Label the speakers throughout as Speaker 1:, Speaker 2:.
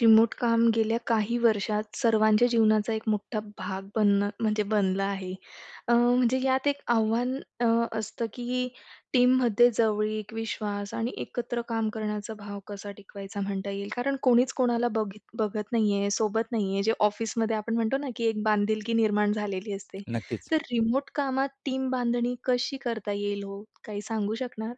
Speaker 1: Remote काम गेल्या काही वर्षात सर्वांच्या जीवनाचा एक मोठा भाग बनणं म्हणजे बनला आहे. म्हणजे यात एक आव्हान अ, असतं की टीममध्ये जवळीक, विश्वास आणि एकत्र काम करण्याचा भाव कसा टिकवायचा म्हणता येईल. कारण कोणीच कोणाला बघत नाहीये, सोबत नाहीये. जे ऑफिसमध्ये आपण म्हणतो ना, की एक बांधिलकी निर्माण झालेली असते.
Speaker 2: नक्कीच.
Speaker 1: तर रिमोट कामात टीम बांधणी कशी करता येईल हो? काही सांगू शकणार?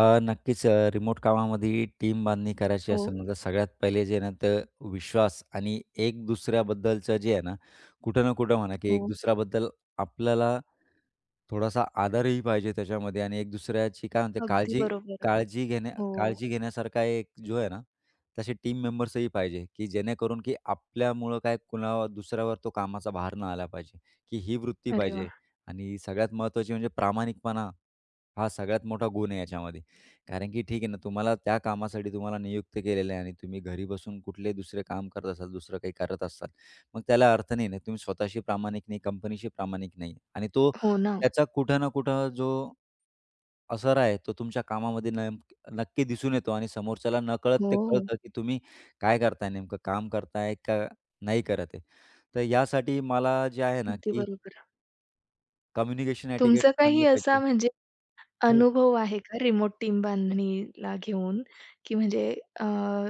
Speaker 2: रिमोट कामामध्ये टीम बांधणी करायची
Speaker 1: हो,
Speaker 2: असेल ना, तर सगळ्यात पहिले जे आहे ना, तर विश्वास आणि एक दुसऱ्याबद्दलचं जे आहे ना, कुठं ना कुठं म्हणा, की एक
Speaker 1: हो.
Speaker 2: दुसऱ्याबद्दल आपल्याला थोडासा आदरही पाहिजे त्याच्यामध्ये आणि एक दुसऱ्याची काय म्हणते
Speaker 1: अगदी
Speaker 2: काळजी
Speaker 1: बरोबर.
Speaker 2: काळजी घेण्या
Speaker 1: हो.
Speaker 2: काळजी घेण्यासारखा एक जो आहे ना, तसे टीम मेंबर्सही पाहिजे, की जेणेकरून की आपल्यामुळं काय कुणावर दुसऱ्यावर तो कामाचा भार न आला पाहिजे, की ही वृत्ती
Speaker 1: अरे वाह!
Speaker 2: पाहिजे आणि सगळ्यात महत्त्वाची म्हणजे प्रामाणिकपणा हा सगळ्यात मोठा गुण आहे याच्यामध्ये. कारण की ठीक आहे ना, तुम्हाला त्या कामासाठी तुम्हाला नियुक्त केलेलं आहे आणि तुम्ही घरी बसून कुठलेही दुसरे काम करत असाल, दुसरं काही करत असाल, मग त्याला अर्थ नाही ना. तुम्ही स्वतःशी प्रामाणिक नाही, कंपनीशी प्रामाणिक नाही आणि तो
Speaker 1: हो ना.
Speaker 2: त्याचा कुठं ना कुठं जो असर आहे, तो तुमच्या कामामध्ये नक्की दिसून येतो आणि समोरच्याला नकळत ते
Speaker 1: हो.
Speaker 2: कळतं, की तुम्ही काय करताय नेमकं, काम करताय का नाही करत आहे. तर यासाठी मला जे आहे ना,
Speaker 1: अगदी
Speaker 2: की
Speaker 1: बरोबर.
Speaker 2: कम्युनिकेशन एटिकेट
Speaker 1: तुमचा काही
Speaker 2: चांगली
Speaker 1: असा
Speaker 2: पाहिजे.
Speaker 1: म्हणजे
Speaker 2: हो,
Speaker 1: अनुभव आहे का रिमोट टीम बांधणीला घेऊन? की म्हणजे अ,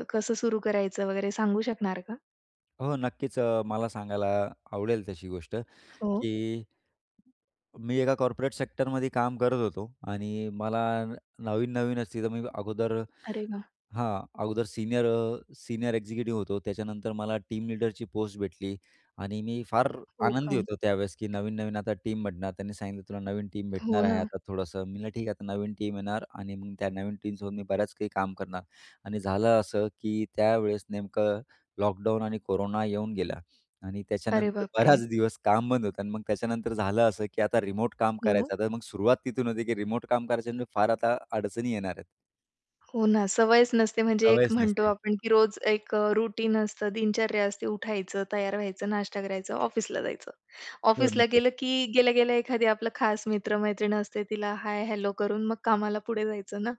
Speaker 1: कसं सुरू करायचं वगैरे सांगू शकणार का?
Speaker 2: हो, नक्कीच, मला सांगायला आवडेल तशी गोष्ट,
Speaker 1: हो.
Speaker 2: की मी एका कॉर्पोरेट सेक्टरमध्ये काम करत होतो आणि मला न नवीन-नवीनच तिथं मी अगोदर
Speaker 1: अरे वाह!
Speaker 2: हां, अगोदर सीनियर एक्झिक्युटिव्ह होतो. त्याच्यानंतर मला टीम लीडरची पोस्ट भेटली आणि मी फार
Speaker 1: हो
Speaker 2: आनंदी
Speaker 1: का?
Speaker 2: होतो त्यावेळेस, की नवीन-नवीन आता टीम बनणार. त्यांनी सांगितलं, "तुला नवीन टीम
Speaker 1: हो
Speaker 2: भेटणार आहे
Speaker 1: ना.
Speaker 2: आता थोडंसं." मी म्हटलं, "ठीक आहे, आता नवीन टीम येणार आणि मग त्या नवीन टीमसोबत मी बऱ्याच काही काम करणार." आणि झालं असं, की त्यावेळेस नेमकं लॉकडाऊन आणि कोरोना येऊन गेला आणि
Speaker 1: अरे
Speaker 2: त्याच्यानंतर
Speaker 1: बापरे!
Speaker 2: बराच दिवस काम बंद होतं आणि मग त्याच्यानंतर झालं असं, की आता रिमोट काम
Speaker 1: हो.
Speaker 2: करायचं. आता मग सुरुवात तिथून होती, की रिमोट काम करायचं म्हणजे फार आता अडचणी येणार आहेत.
Speaker 1: हो ना. सवयच नसते म्हणजे एक
Speaker 2: सवयच
Speaker 1: म्हणतो
Speaker 2: नसते.
Speaker 1: आपण की रोज एक रूटीन असतं, दिनचर्या असते. उठायचं, तयार व्हायचं, नाश्ता करायचं, ऑफिसला जायचं.
Speaker 2: हो,
Speaker 1: ऑफिसला
Speaker 2: नक्कीच.
Speaker 1: गेलं की गेल्या-गेल्या एखादी आपला खास मित्र-मैत्रीण असते, तिला हाय, हॅलो करून मग कामाला पुढे जायचं ना?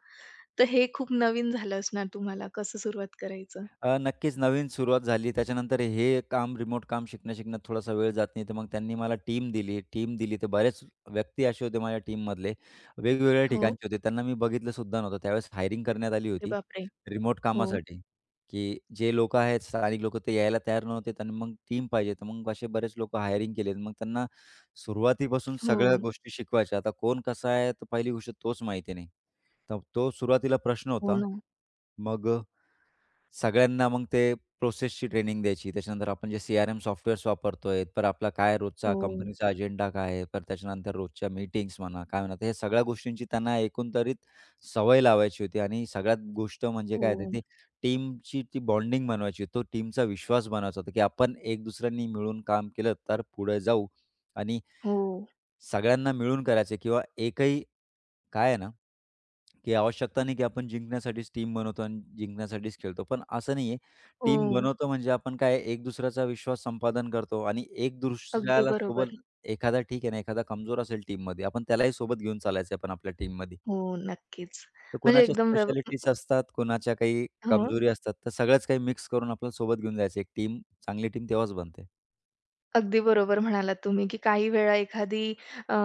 Speaker 1: तर हे खूप नवीन झालं असणार तुम्हाला कसं सुरुवात करायचं?
Speaker 2: नक्कीच नवीन सुरुवात झाली. त्याच्यानंतर हे काम, रिमोट काम शिकण्या-शिकण्यात थोडासा वेळ जात नाही. तर मग त्यांनी मला टीम दिली. टीम दिली तर बरेच व्यक्ती असे होते माझ्या टीममधले, वेगवेगळ्या
Speaker 1: हो.
Speaker 2: ठिकाणचे होते. त्यांना मी बघितलं सुद्धा नव्हतं. त्यावेळेस हायरिंग करण्यात आली
Speaker 1: अरे
Speaker 2: होती
Speaker 1: बापरे!
Speaker 2: रिमोट
Speaker 1: हो,
Speaker 2: कामासाठी, की जे लोकं आहेत स्थानिक लोकं ते यायला तयार नव्हते. तर मग टीम पाहिजे. तर मग असे बरेच लोकं हायरिंग केले. मग त्यांना सुरुवातीपासून सगळ्या
Speaker 1: हो,
Speaker 2: गोष्टी शिकवायच्या. आता कोण कसा आहे, तर पहिली गोष्ट तोच माहिती नाही. तर तो सुरुवातीला प्रश्न
Speaker 1: हो
Speaker 2: होता.
Speaker 1: ना.
Speaker 2: मग सगळ्यांना मग ते प्रोसेसची ट्रेनिंग द्यायची. त्याच्यानंतर आपण जे सी-आर-एम सॉफ्टवेअर्स वापरतोय, तर आपला काय रोजचा
Speaker 1: हो,
Speaker 2: कंपनीचा अजेंडा काय आहे? तर त्याच्यानंतर रोजच्या मीटिंग्स म्हणा, काय म्हणा, तर हे सगळ्या गोष्टींची त्यांना एकंदरीत सवय लावायची होती आणि सगळ्यात गोष्ट म्हणजे
Speaker 1: हो,
Speaker 2: काय आहे ती टीमची ती बॉन्डिंग बनवायची होती. तो टीमचा विश्वास बनवायचा होता, की आपण एक दुसऱ्यांनी मिळून काम केलं तर पुढे जाऊ आणि
Speaker 1: हो,
Speaker 2: सगळ्यांना मिळून करायचं किंवा एकही काय आहे ना, की आवश्यकता नाही की आपण जिंकण्यासाठीच टीम बनवतो आणि जिंकण्यासाठीच खेळतो. पण असं नाहीये.
Speaker 1: हो.
Speaker 2: टीम बनवतो म्हणजे आपण काय एक दुसऱ्याचा विश्वास संपादन करतो आणि एक
Speaker 1: अगदी
Speaker 2: दुसऱ्याला
Speaker 1: बरोबर.
Speaker 2: सोबत एखादा ठीक आहे ना, एखादा कमजोर असेल टीममध्ये, आपण त्यालाही सोबत घेऊन चालायचं आहे आपण आपल्या टीममध्ये.
Speaker 1: हो, नक्कीच.
Speaker 2: तर
Speaker 1: म्हणजे
Speaker 2: कोणाच्या
Speaker 1: एकदम व्यव
Speaker 2: स्पेशालिटीज असतात, कोणाच्या काही
Speaker 1: हो.
Speaker 2: कमजोरी असतात, तर सगळ्याच काही मिक्स करून आपल्याला सोबत घेऊन जायचं. एक टीम चांगली टीम तेव्हाच बनते.
Speaker 1: अगदी बरोबर म्हणालात तुम्ही, की काही वेळा एखादी अ,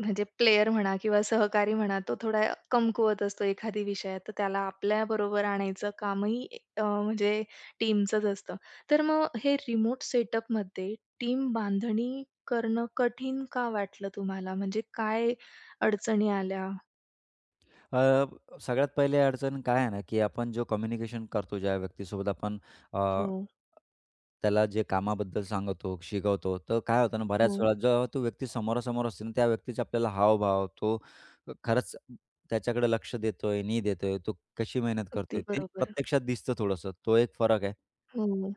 Speaker 1: म्हणजे प्लेयर म्हणा किंवा सहकारी म्हणा, तो थोडा कमकुवत असतो एखादी विषयात, तर त्याला आपल्याबरोबर आणायचं कामही म्हणजे टीमचंच असतं. तर मग हे रिमोट सेटअपमध्ये टीम बांधणी करणं कठीण का वाटलं तुम्हाला? म्हणजे काय अडचणी आल्या?
Speaker 2: अ, सगळ्यात पहिली अडचण काय आहे ना, की आपण जो कम्युनिकेशन करतो ज्या व्यक्तीसोबत आपण अ,
Speaker 1: हो,
Speaker 2: त्याला जे कामाबद्दल सांगतो, शिकवतो, तर काय होतं ना, बऱ्याच
Speaker 1: हो.
Speaker 2: वेळा जेव्हा तो व्यक्ती समोरासमोर असते ना, त्या व्यक्तीचा आपल्याला हावभाव, तो खरंच त्याच्याकडे लक्ष देतोय, नाही देतोय, तो कशी मेहनत
Speaker 1: अगदी
Speaker 2: करतोय, ते
Speaker 1: बरोबर.
Speaker 2: प्रत्यक्षात दिसतं थोडंसं. तो एक फरक आहे.
Speaker 1: हो,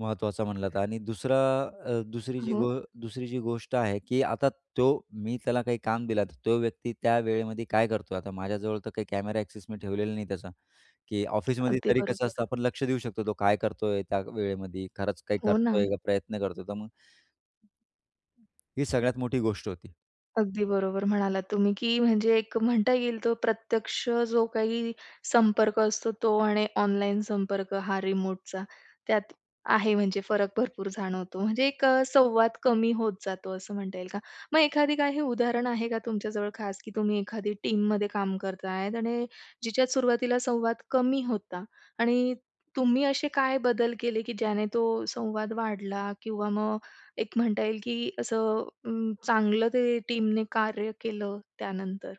Speaker 2: महत्त्वाचा म्हणला तर आणि दुसरा अ, दुसरी जी
Speaker 1: हो.
Speaker 2: गो दुसरी जी गोष्ट आहे, की आता तो मी त्याला काही काम दिलं, तर तो व्यक्ती त्या वेळेमध्ये काय करतो आता माझ्याजवळ तर काही कॅमेरा ॲक्सेस मी ठेवलेला नाही त्याचा, की ऑफिसमध्ये
Speaker 1: अगदी
Speaker 2: तरी कसं असतं
Speaker 1: बरोबर.
Speaker 2: आपण लक्ष देऊ शकतो, तो काय करतोय त्या वेळेमध्ये, खरंच काही
Speaker 1: हो ना.
Speaker 2: करतोय का, प्रयत्न करतोय. तर मग ही सगळ्यात मोठी गोष्ट होती.
Speaker 1: अगदी बरोबर म्हणालात तुम्ही, की म्हणजे एक म्हणता येईल तो प्रत्यक्ष जो काही संपर्क असतो तो आणि ऑनलाईन संपर्क हा रिमोटचा, त्यात आहे म्हणजे फरक भरपूर जाणवतो. म्हणजे एक संवाद कमी होत जातो असं म्हणता येईल का? मग एखादी काही उदाहरण आहे का तुमच्याजवळ खास, की तुम्ही एखादी टीममध्ये काम करतायत आणि जिच्यात सुरुवातीला संवाद कमी होता आणि तुम्ही असे काय बदल केले, की ज्याने तो संवाद वाढला किंवा मग एक म्हणता येईल, की असं चांगलं ते टीमने कार्य केलं त्यानंतर.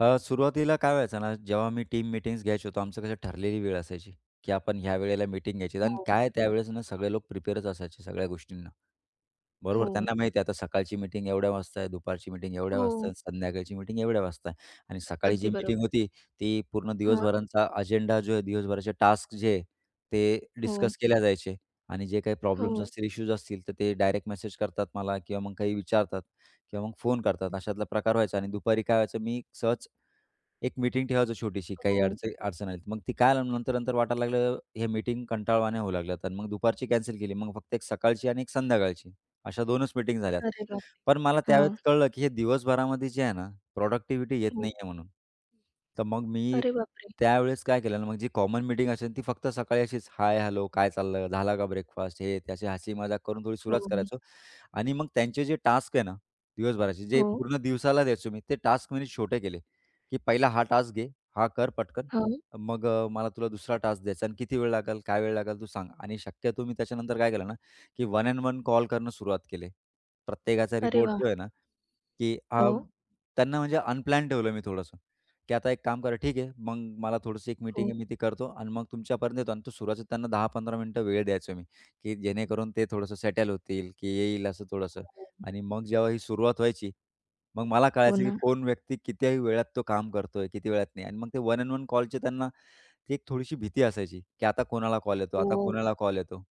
Speaker 2: सुरुवातीला काय व्हायचं ना, जेव्हा मी टीम मीटिंग्स घ्यायचो, तर आमचं कसं ठरलेली वेळ असायची, की आपण ह्या वेळेला मीटिंग घ्यायची आणि
Speaker 1: हो.
Speaker 2: काय त्यावेळेस ना सगळे लोक प्रिपेअरच असायचे सगळ्या गोष्टींना.
Speaker 1: हो,
Speaker 2: बरोबर, त्यांना माहिती आहे आता सकाळची मीटिंग एवढ्या वाजता आहे, दुपारची मीटिंग एवढ्या वाजता
Speaker 1: हो,
Speaker 2: आहे, संध्याकाळची मीटिंग एवढ्या वाजता आहे. आणि सकाळी
Speaker 1: अगदी
Speaker 2: जी मीटिंग
Speaker 1: बरोबर.
Speaker 2: होती, ती पूर्ण
Speaker 1: हां,
Speaker 2: दिवसभरांचा अजेंडा जो आहे, दिवसभराचे टास्क जे आहे, ते
Speaker 1: हो,
Speaker 2: डिस्कस केल्या जायचे. आणि जे काही प्रॉब्लेम्स
Speaker 1: हो,
Speaker 2: असतील, इश्यूज असतील, तर ते डायरेक्ट मेसेज करतात मला किंवा मग काही विचारतात किंवा मग फोन करतात. अशातला प्रकार व्हायचा आणि दुपारी काय व्हायचं, मी सहज एक मीटिंग ठेवायचो छोटीशी, काही
Speaker 1: हो.
Speaker 2: अडचण अडचण आली. तर. मग ती काय नंतर-नंतर वाटायला लागलं, हे मीटिंग कंटाळवाण्या होऊ लागल्यात आणि मग दुपारची कॅन्सल केली. मग फक्त एक सकाळची आणि एक संध्याकाळची अशा 2च मीटिंग झाल्यात.
Speaker 1: अरे बाप!
Speaker 2: पण मला
Speaker 1: हां,
Speaker 2: त्यावेळेस कळलं, की हे दिवसभरामध्ये जे आहे ना, प्रॉडक्टिव्हिटी येत
Speaker 1: हो.
Speaker 2: नाहीये म्हणून. तर मग मी
Speaker 1: अरे बापरे!
Speaker 2: त्यावेळेस काय केलं ना, मग जी कॉमन मीटिंग असेल ती फक्त सकाळी अशीच हाय, हॅलो, काय चाललं, झाला का ब्रेकफास्ट, हे ते हसी मजाक करून थोडी
Speaker 1: हो,
Speaker 2: सुरुवात करायचो. आणि मग त्यांचे जे टास्क आहे ना, दिवसभराचे जे
Speaker 1: हो,
Speaker 2: पूर्ण दिवसाला द्यायचो मी, ते टास्क मी छोटे केले, की "पहिला हा टास्क घे, हा कर पटकन,
Speaker 1: हां.
Speaker 2: मग मला तुला दुसरा टास्क द्यायचा आणि किती वेळ लागेल, काय वेळ लागेल तू सांग." आणि शक्यतो मी त्याच्यानंतर काय केलं ना, की वन अँड वन कॉल करणं सुरुवात केले. प्रत्येकाचा
Speaker 1: अरे
Speaker 2: रिपोर्ट
Speaker 1: वाह!
Speaker 2: जो आहे ना की
Speaker 1: हो,
Speaker 2: त्यांना म्हणजे अनप्लॅन ठेवलं मी थोडंसं, की आता एक काम करा ठीक आहे. मग मला थोडीशी एक मीटिंग
Speaker 1: हो,
Speaker 2: आहे मी ती करतो आणि मग तुमच्यापर्यंत येतो आणि तो सुरुवातीत त्यांना 10-15 मिनिटं वेळ द्यायचो मी, की जेणेकरून ते थोडंसं सेटल होतील, की येईल असं थोडंसं
Speaker 1: हो,
Speaker 2: आणि मग जेव्हा ही सुरुवात व्हायची, मग मला
Speaker 1: हो
Speaker 2: कळायचं की
Speaker 1: ना.
Speaker 2: कोण व्यक्ती किती वेळात तो काम करतोय, किती वेळात नाही आणि मग ते वन अँड वन कॉलची त्यांना ती एक थोडीशी भीती असायची, की आता कोणाला कॉल येतो, आता
Speaker 1: हो.
Speaker 2: कोणाला कॉल येतो.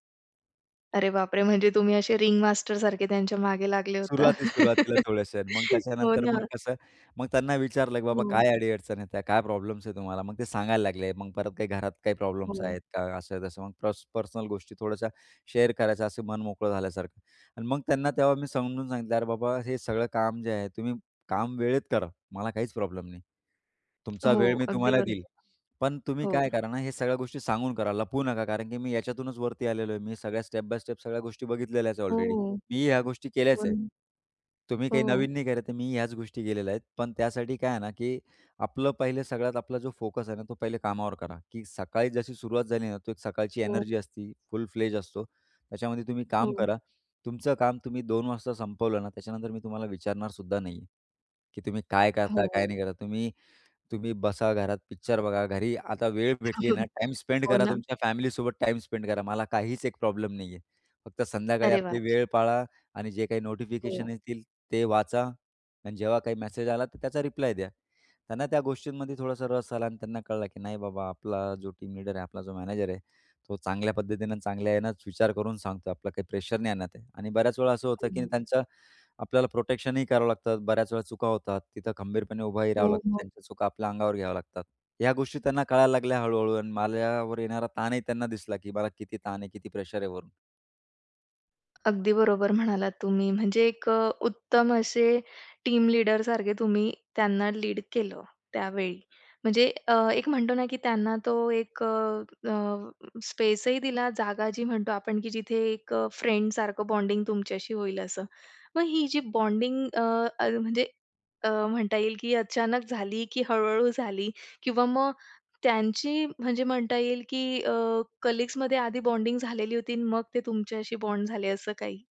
Speaker 1: अरे बापरे! म्हणजे तुम्ही असे रिंग मास्टर सारखे त्यांच्या मागे लागले होता.
Speaker 2: सुरुवातीला थोड्याशा आहेत. मग
Speaker 1: हो
Speaker 2: त्याच्यानंतर मग
Speaker 1: ना.
Speaker 2: कसं, मग त्यांना विचारलं, की "बाबा
Speaker 1: हो,
Speaker 2: काय अडी-अडचण आहे त्या? काय प्रॉब्लेम्स आहे तुम्हाला?" मग ते सांगायला लागले. मग परत काही घरात काही प्रॉब्लेम्स
Speaker 1: हो,
Speaker 2: आहेत का? असं आहे तसं मग पर्सनल गोष्टी थोड्याशा शेअर करायच्या, असं मन मोकळं झाल्यासारखं. आणि मग त्यांना तेव्हा मी समजून सांगितलं, "अरे बाबा, हे सगळं काम जे आहे, तुम्ही काम वेळेत करा. मला काहीच प्रॉब्लेम नाही. तुमचा
Speaker 1: हो,
Speaker 2: वेळ मी
Speaker 1: अगदी
Speaker 2: तुम्हाला देईल.
Speaker 1: बरोबर.
Speaker 2: पण तुम्ही
Speaker 1: हो,
Speaker 2: काय करा ना, हे सगळ्या गोष्टी सांगून करा, लपवू नका. कारण की मी याच्यातूनच वरती आलेलो आहे. मी सगळ्या स्टेप बाय स्टेप सगळ्या गोष्टी बघितलेल्याच आहे
Speaker 1: हो,
Speaker 2: ऑलरेडी." मी ह्या गोष्टी
Speaker 1: हो,
Speaker 2: केल्याच आहे.
Speaker 1: ना.
Speaker 2: तुम्ही काही
Speaker 1: हो,
Speaker 2: नवीन नाही करत आहे. मी ह्याच गोष्टी केलेल्या आहेत. पण त्यासाठी काय आहे ना, की आपलं पहिले सगळ्यात आपला जो फोकस आहे ना, तो पहिले कामावर करा, की सकाळी जशी सुरुवात झाली ना, तो एक सकाळची
Speaker 1: हो,
Speaker 2: एनर्जी असती, फुल फ्लेज असतो. त्याच्यामध्ये तुम्ही काम करा. तुमचं काम तुम्ही 2:00 वाजता संपवलं ना, त्याच्यानंतर मी तुम्हाला विचारणार सुद्धा नाहीये, की तुम्ही काय
Speaker 1: हो,
Speaker 2: करता, काय
Speaker 1: हो.
Speaker 2: नाही करता. तुम्ही तुम्ही बसा घरात, पिक्चर बघा. घरी आता वेळ भेटली ना, टाईम स्पेंड
Speaker 1: हो
Speaker 2: करा
Speaker 1: ना.
Speaker 2: तुमच्या फॅमिलीसोबत टाईम स्पेंड करा. मला काहीच एक प्रॉब्लेम नाहीये. फक्त संध्याकाळी
Speaker 1: अरे वाह!
Speaker 2: आपली वेळ
Speaker 1: छान.
Speaker 2: पाळा आणि जे काही
Speaker 1: हो.
Speaker 2: नोटिफिकेशन येतील ते वाचा आणि जेव्हा काही मेसेज आला तर त्याचा रिप्लाय द्या. त्यांना त्या गोष्टींमध्ये थोडासा रस आला आणि त्यांना कळलं, की नाही बाबा आपला जो टीम लीडर आहे, आपला जो मॅनेजर आहे, तो चांगल्या पद्धतीनं चांगल्या आहे विचार करून सांगतो. आपला काही प्रेशर नाही आणत आहे आणि बऱ्याच वेळा असं होतं, की
Speaker 1: हं.
Speaker 2: त्यांचा आपल्याला प्रोटेक्शनही करावं लागतं. बऱ्याच वेळा चुका होतात. तिथं खंबीरपणे उभाही राहावं
Speaker 1: हो,
Speaker 2: लागतं.
Speaker 1: हो.
Speaker 2: त्यांच्या चुका आपल्या अंगावर घ्याव्या लागतात. ह्या गोष्टी त्यांना कळायला लागल्या हळू-हळू आणि माझ्यावर येणारा ताणही त्यांना दिसला, की मला किती ताण आहे, किती प्रेशर आहे वरून.
Speaker 1: अगदी बरोबर म्हणालात तुम्ही. म्हणजे एक उत्तम असे टीम लीडर सारखे तुम्ही त्यांना लीड केलं त्यावेळी. म्हणजे एक म्हणतो ना, की त्यांना तो एक अ, अ, स्पेसही दिला, जागा जी म्हणतो आपण, की जिथे एक फ्रेंड सारखं बॉन्डिंग तुमच्याशी होईल असं. मग ही जी बॉन्डिंग अ, अ, म्हणजे म्हणता येईल, की अचानक झाली, की हळू-हळू झाली किंवा मग त्यांची म्हणजे म्हणता येईल, की कलीग्समध्ये आधी बॉन्डिंग झालेली होती आणि मग ते तुमच्याशी बॉन्ड झाले असं काही?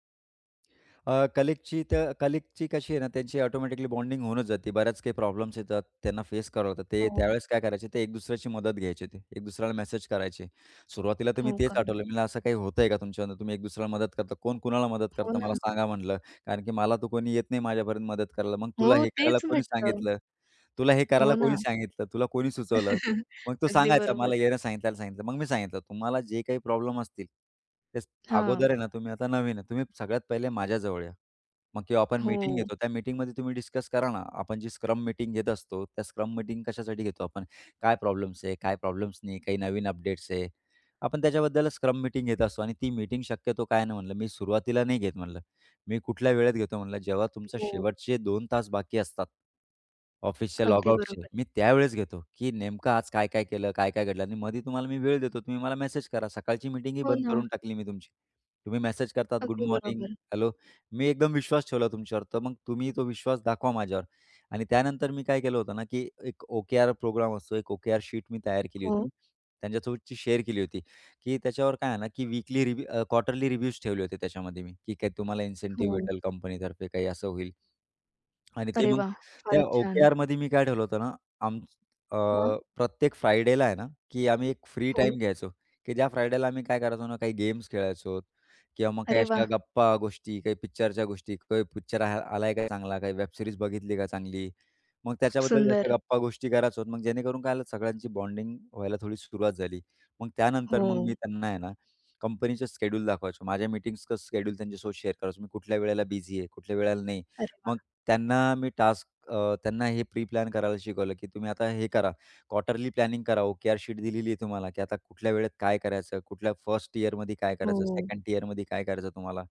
Speaker 2: अ, कलीगची तर कलीगची कशी आहे ना, त्यांची ऑटोमॅटिकली बॉन्डिंग होऊनच जाते. बऱ्याच काही प्रॉब्लेम्स येतात, त्यांना फेस करावं लागतं. ते
Speaker 1: हो.
Speaker 2: त्यावेळेस काय करायचे, ते एक दुसऱ्याची मदत घ्यायचे ते. एक दुसऱ्याला मेसेज करायचे. सुरुवातीला तर मी
Speaker 1: हो
Speaker 2: तेच
Speaker 1: का?
Speaker 2: आठवलं. मी "असं काही होतंय का तुमच्याकडनं? तुम्ही एक दुसऱ्याला मदत करता. कोण कुणाला मदत
Speaker 1: हो
Speaker 2: करता मला
Speaker 1: ना.
Speaker 2: सांगा" म्हटलं. कारण की मला तर कोणी येत नाही माझ्यापर्यंत मदत करायला. मग
Speaker 1: हो,
Speaker 2: तुला हे करायला
Speaker 1: तेच
Speaker 2: कोणी
Speaker 1: म्हटलं.
Speaker 2: सांगितलं? तुला हे
Speaker 1: हो
Speaker 2: करायला
Speaker 1: ना.
Speaker 2: कोणी सांगितलं? तुला कोणी सुचवलं? मग तो
Speaker 1: अगदी
Speaker 2: सांगायचा,
Speaker 1: बरोबर.
Speaker 2: मला याने सांगितलं, सांगितलं. मग मी सांगितलं, "तुम्हाला जे काही प्रॉब्लेम असतील, ते
Speaker 1: हां.
Speaker 2: अगोदर आहे ना, तुम्ही आता नवीन आहे. तुम्ही सगळ्यात पहिले माझ्याजवळ या. मग किंवा आपण मीटिंग
Speaker 1: हो,
Speaker 2: घेतो, त्या मीटिंगमध्ये तुम्ही डिस्कस करा ना. आपण जी स्क्रम मीटिंग घेत असतो, त्या स्क्रम मीटिंग कशासाठी घेतो आपण? काय प्रॉब्लेम्स आहे, काय प्रॉब्लेम्स नाही, काही नवीन अपडेट्स आहे. आपण त्याच्याबद्दल स्क्रम मीटिंग घेत असतो आणि ती मीटिंग शक्यतो काय नाही म्हणलं, मी सुरुवातीला नाही घेत म्हणलं. मी कुठल्या वेळेत घेतो म्हणलं, जेव्हा तुमचा
Speaker 1: हो.
Speaker 2: शेवटचे 2 तास बाकी असतात, ऑफिसच्या
Speaker 1: अगदी
Speaker 2: लॉगआउटचे.
Speaker 1: बरोबर.
Speaker 2: मी त्यावेळेस घेतो, की नेमकं आज काय-काय केलं, काय-काय घडलं आणि मध्ये तुम्हाला मी वेळ देतो. तुम्ही मला मेसेज करा. सकाळची मीटिंगही
Speaker 1: हो
Speaker 2: बंद
Speaker 1: ना.
Speaker 2: करून टाकली मी तुमची. तुम्ही मेसेज करतात, "गुड
Speaker 1: अगदी
Speaker 2: मॉर्निंग,
Speaker 1: बरोबर.
Speaker 2: हॅलो." मी एकदम विश्वास ठेवला तुमच्यावर. तर मग तुम्ही तो विश्वास दाखवा माझ्यावर आणि त्यानंतर मी काय केलं होतं ना, की एक ओ प्रोग्राम असतो, एक ओ शीट मी तयार केली
Speaker 1: हो,
Speaker 2: होती. त्यांच्यासोबतची शेअर केली होती, की त्याच्यावर काय आहे ना, की वीकली रिव्ह्यू क्वार्टरली रिव्ह्यूज ठेवले होते त्याच्यामध्ये मी, की काही तुम्हाला इन्सेंटिव्ह
Speaker 1: हो.
Speaker 2: भेटेल कंपनीतर्फे, काही असं होईल. आणि ते
Speaker 1: अरे
Speaker 2: मग
Speaker 1: वाह!
Speaker 2: त्या
Speaker 1: फारच छान.
Speaker 2: OKRमध्ये मी काय ठेवलं होतं ना, आम अ,
Speaker 1: हां.
Speaker 2: प्रत्येक फ्रायडेला आहे ना, की आम्ही एक फ्री
Speaker 1: हो.
Speaker 2: टाईम घ्यायचो, की ज्या फ्रायडेला आम्ही काय करायचो ना, काही गेम्स खेळायचो किंवा मग काही
Speaker 1: अरे वाह!
Speaker 2: अशा गप्पा गोष्टी, काही पिक्चरच्या गोष्टी, काही पिक्चर आलाय का चांगला, काही वेब सीरीज बघितली का चांगली. मग
Speaker 1: खूप
Speaker 2: त्याच्याबद्दल अशा
Speaker 1: सुंदर.
Speaker 2: गप्पा गोष्टी करायचो. मग जेणेकरून काय झालं सगळ्यांची बॉन्डिंग व्हायला थोडी सुरुवात झाली. मग त्यानंतर
Speaker 1: हो.
Speaker 2: मग मी त्यांना आहे ना, कंपनीचं शेड्यूल दाखवायचो. माझ्या मीटिंग्सचं शेड्यूल त्यांच्यासोबत शेअर करायचो. मी कुठल्या वेळेला बिझी आहे, कुठल्या वेळेला नाही.
Speaker 1: अरे
Speaker 2: मग
Speaker 1: वाह!
Speaker 2: त्यांना मी टास्क अ, त्यांना हे प्री प्लॅन करायला शिकवलं, की तुम्ही आता हे करा. क्वार्टरली प्लॅनिंग करा. ओकेआर शीट दिलेली आहे तुम्हाला, की आता कुठल्या वेळेत काय करायचं, कुठल्या फर्स्ट इयरमध्ये काय करायचं,
Speaker 1: हो.
Speaker 2: सेकंड इयरमध्ये काय करायचं तुम्हाला,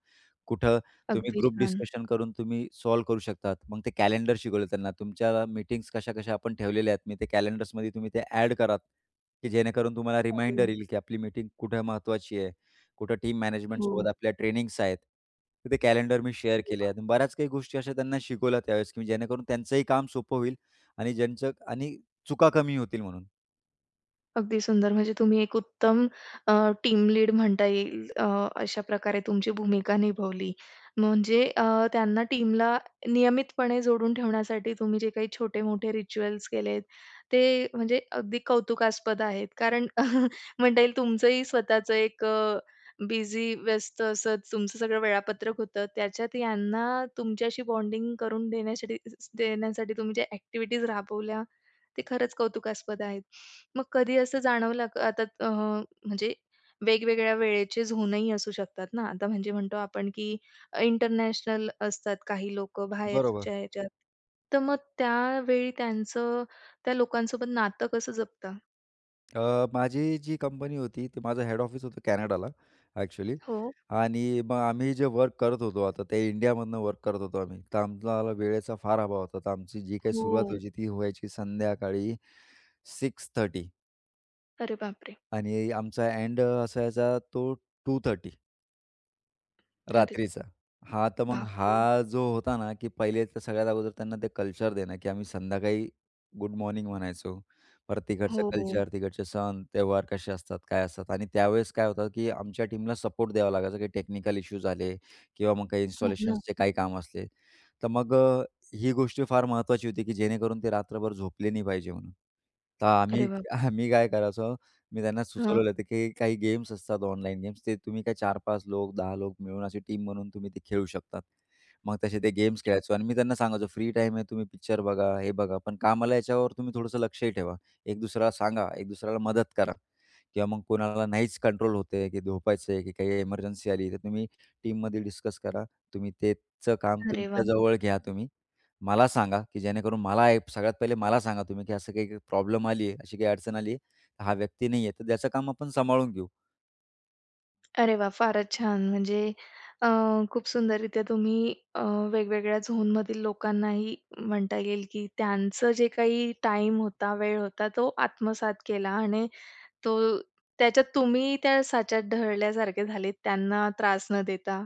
Speaker 2: कुठं तुम्ही
Speaker 1: अगदी
Speaker 2: ग्रुप
Speaker 1: छान.
Speaker 2: डिस्कशन करून तुम्ही सॉल्व्ह करू शकतात. मग ते कॅलेंडर शिकवलं त्यांना. तुमच्या मीटिंग्स कशा-कशा आपण ठेवलेल्या आहेत. मी ते कॅलेंडर्समध्ये तुम्ही ते ॲड करा, की जेणेकरून तुम्हाला
Speaker 1: अरे वाह!
Speaker 2: रिमाइंडर येईल, की आपली मीटिंग कुठे महत्त्वाची आहे. कुठं टीम मॅनेजमेंट
Speaker 1: हो.
Speaker 2: सोबत आपल्या ट्रेनिंग्स आहेत. तर ते कॅलेंडर मी शेअर
Speaker 1: अरे
Speaker 2: केले
Speaker 1: वाह!
Speaker 2: आहेत. बऱ्याच काही गोष्टी अशा त्यांना शिकवल्या त्यावेळेस, की जेणेकरून त्यांचंही काम सोपं होईल आणि ज्यांचं आणि चुका कमी होतील म्हणून.
Speaker 1: अगदी सुंदर. म्हणजे तुम्ही एक उत्तम टीम लीड म्हणता येईल. अशा प्रकारे तुमची भूमिका निभावली. म्हणजे त्यांना टीमला नियमितपणे जोडून ठेवण्यासाठी तुम्ही जे काही छोटे-मोठे रिच्युअल्स केलेत, ते म्हणजे अगदी कौतुकास्पद आहेत. कारण म्हणता येईल तुमचंही स्वतःचं एक बिझी, व्यस्त असं तुमचं सगळं वेळापत्रक होतं. त्याच्यात यांना तुमच्याशी बॉन्डिंग करून देण्यासाठी देण्यासाठी तुम्ही ज्या ॲक्टिव्हिटीज राबवल्या ते खरंच कौतुकास्पद आहेत. मग कधी असं जाणवलं का आता म्हणजे वेगवेगळ्या वेळेचे झोनही असू शकतात ना. आता म्हणजे म्हणतो आपण की इंटरनॅशनल असतात काही लोक
Speaker 2: बरोबर.
Speaker 1: बाहेरच्या ह्याच्यात. तर मग त्यावेळी त्यांचं त्या लोकांसोबत नातं कसं जपता?
Speaker 2: अ, माझी जी कंपनी होती, ते माझं हेड ऑफिस होतं कॅनडाला ॲक्चुअली
Speaker 1: हो.
Speaker 2: आणि मग आम्ही जे वर्क करत होतो आता ते इंडियामधनं वर्क करत होतो आम्ही. तर आम्हाला वेळेचा फार अभाव होता. तर आमची जी काही सुरुवात
Speaker 1: हो.
Speaker 2: व्हायची ती व्हायची संध्याकाळी 6:30
Speaker 1: अरे बापरे!
Speaker 2: आणि आमचा एंड असायचा तो 2:30.
Speaker 1: अरे
Speaker 2: रात्रीचा. हां, तर मग हा
Speaker 1: बापरे!
Speaker 2: जो होता ना, की पहिले तर सगळ्यात अगोदर त्यांना ते कल्चर देणं, की आम्ही संध्याकाळी गुड मॉर्निंग म्हणायचो. परत तिकडचं
Speaker 1: हो, हो.
Speaker 2: कल्चर, तिकडचे सण, त्योहार कसे असतात, काय असतात आणि त्यावेळेस काय होतं, की आमच्या टीमला सपोर्ट द्यावा लागायचा. काही टेक्निकल इश्यूज आले किंवा मग काही
Speaker 1: हो ना.
Speaker 2: इन्स्टॉलेशन्सचे काही काम असले, तर मग ही गोष्ट फार महत्त्वाची होती, की जेणेकरून ते रात्रभर झोपले नाही पाहिजे म्हणून. तर
Speaker 1: अरे
Speaker 2: आम्ही
Speaker 1: बाप
Speaker 2: आम्ही काय करायचो, मी त्यांना
Speaker 1: हां.
Speaker 2: सुचवलेलं होतं, की काही गेम्स असतात ऑनलाईन गेम्स, ते तुम्ही काय 4-5 लोक, 10 लोक मिळून अशी टीम बनवून तुम्ही ते खेळू शकतात. मग तसे ते गेम्स
Speaker 1: अरे
Speaker 2: खेळायचो आणि मी त्यांना सांगायचो, "फ्री टाईम आहे, तुम्ही पिक्चर बघा, हे बघा, पण कामाला याच्यावर तुम्ही थोडंसं लक्षही ठेवा. एक दुसऱ्याला सांगा, एक दुसऱ्याला मदत करा." किंवा मग कोणाला नाहीच कंट्रोल होत की झोपायचं आहे, की काही इमर्जन्सी आली, तर तुम्ही टीममध्ये डिस्कस करा, तुम्ही ते चं काम
Speaker 1: अरे
Speaker 2: तुमच्या
Speaker 1: वाह!
Speaker 2: जवळ घ्या तुम्ही. मला सांगा, की जेणेकरून मला एक सगळ्यात पहिले मला सांगा तुम्ही, की असं काही प्रॉब्लेम आली आहे, अशी काही अडचण आली आहे. हा व्यक्ती नाहीये, तर त्याचं काम आपण सांभाळून घेऊ.
Speaker 1: अरे वाह! फारच छान. म्हणजे अ, खूप सुंदररीत्या तुम्ही वेगवेगळ्या झोनमधील लोकांनाही म्हणता येईल, की त्यांचं जे काही टाइम होता, वेळ होता, तो आत्मसात केला आणि तो त्याच्यात तुम्ही त्या साच्यात ढळल्यासारखे झाले, त्यांना त्रास न देता.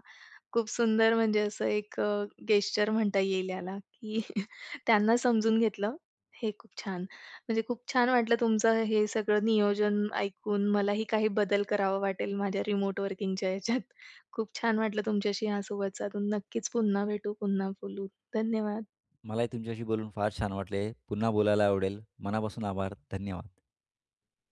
Speaker 1: खूप सुंदर म्हणजे असं एक गेस्चर म्हणता येईल याला, की त्यांना समजून घेतलं. हे खूप छान. म्हणजे खूप छान वाटलं तुमचं हे सगळं नियोजन ऐकून. मलाही काही बदल करावा वाटेल माझ्या रिमोट वर्किंगच्या ह्याच्यात. खूप छान वाटलं तुमच्याशी ह्या संवाद साधून. नक्कीच पुन्हा भेटू, पुन्हा बोलू. धन्यवाद.
Speaker 2: मलाही तुमच्याशी बोलून फार छान वाटले. पुन्हा बोलायला आवडेल. मनापासून आभार. धन्यवाद.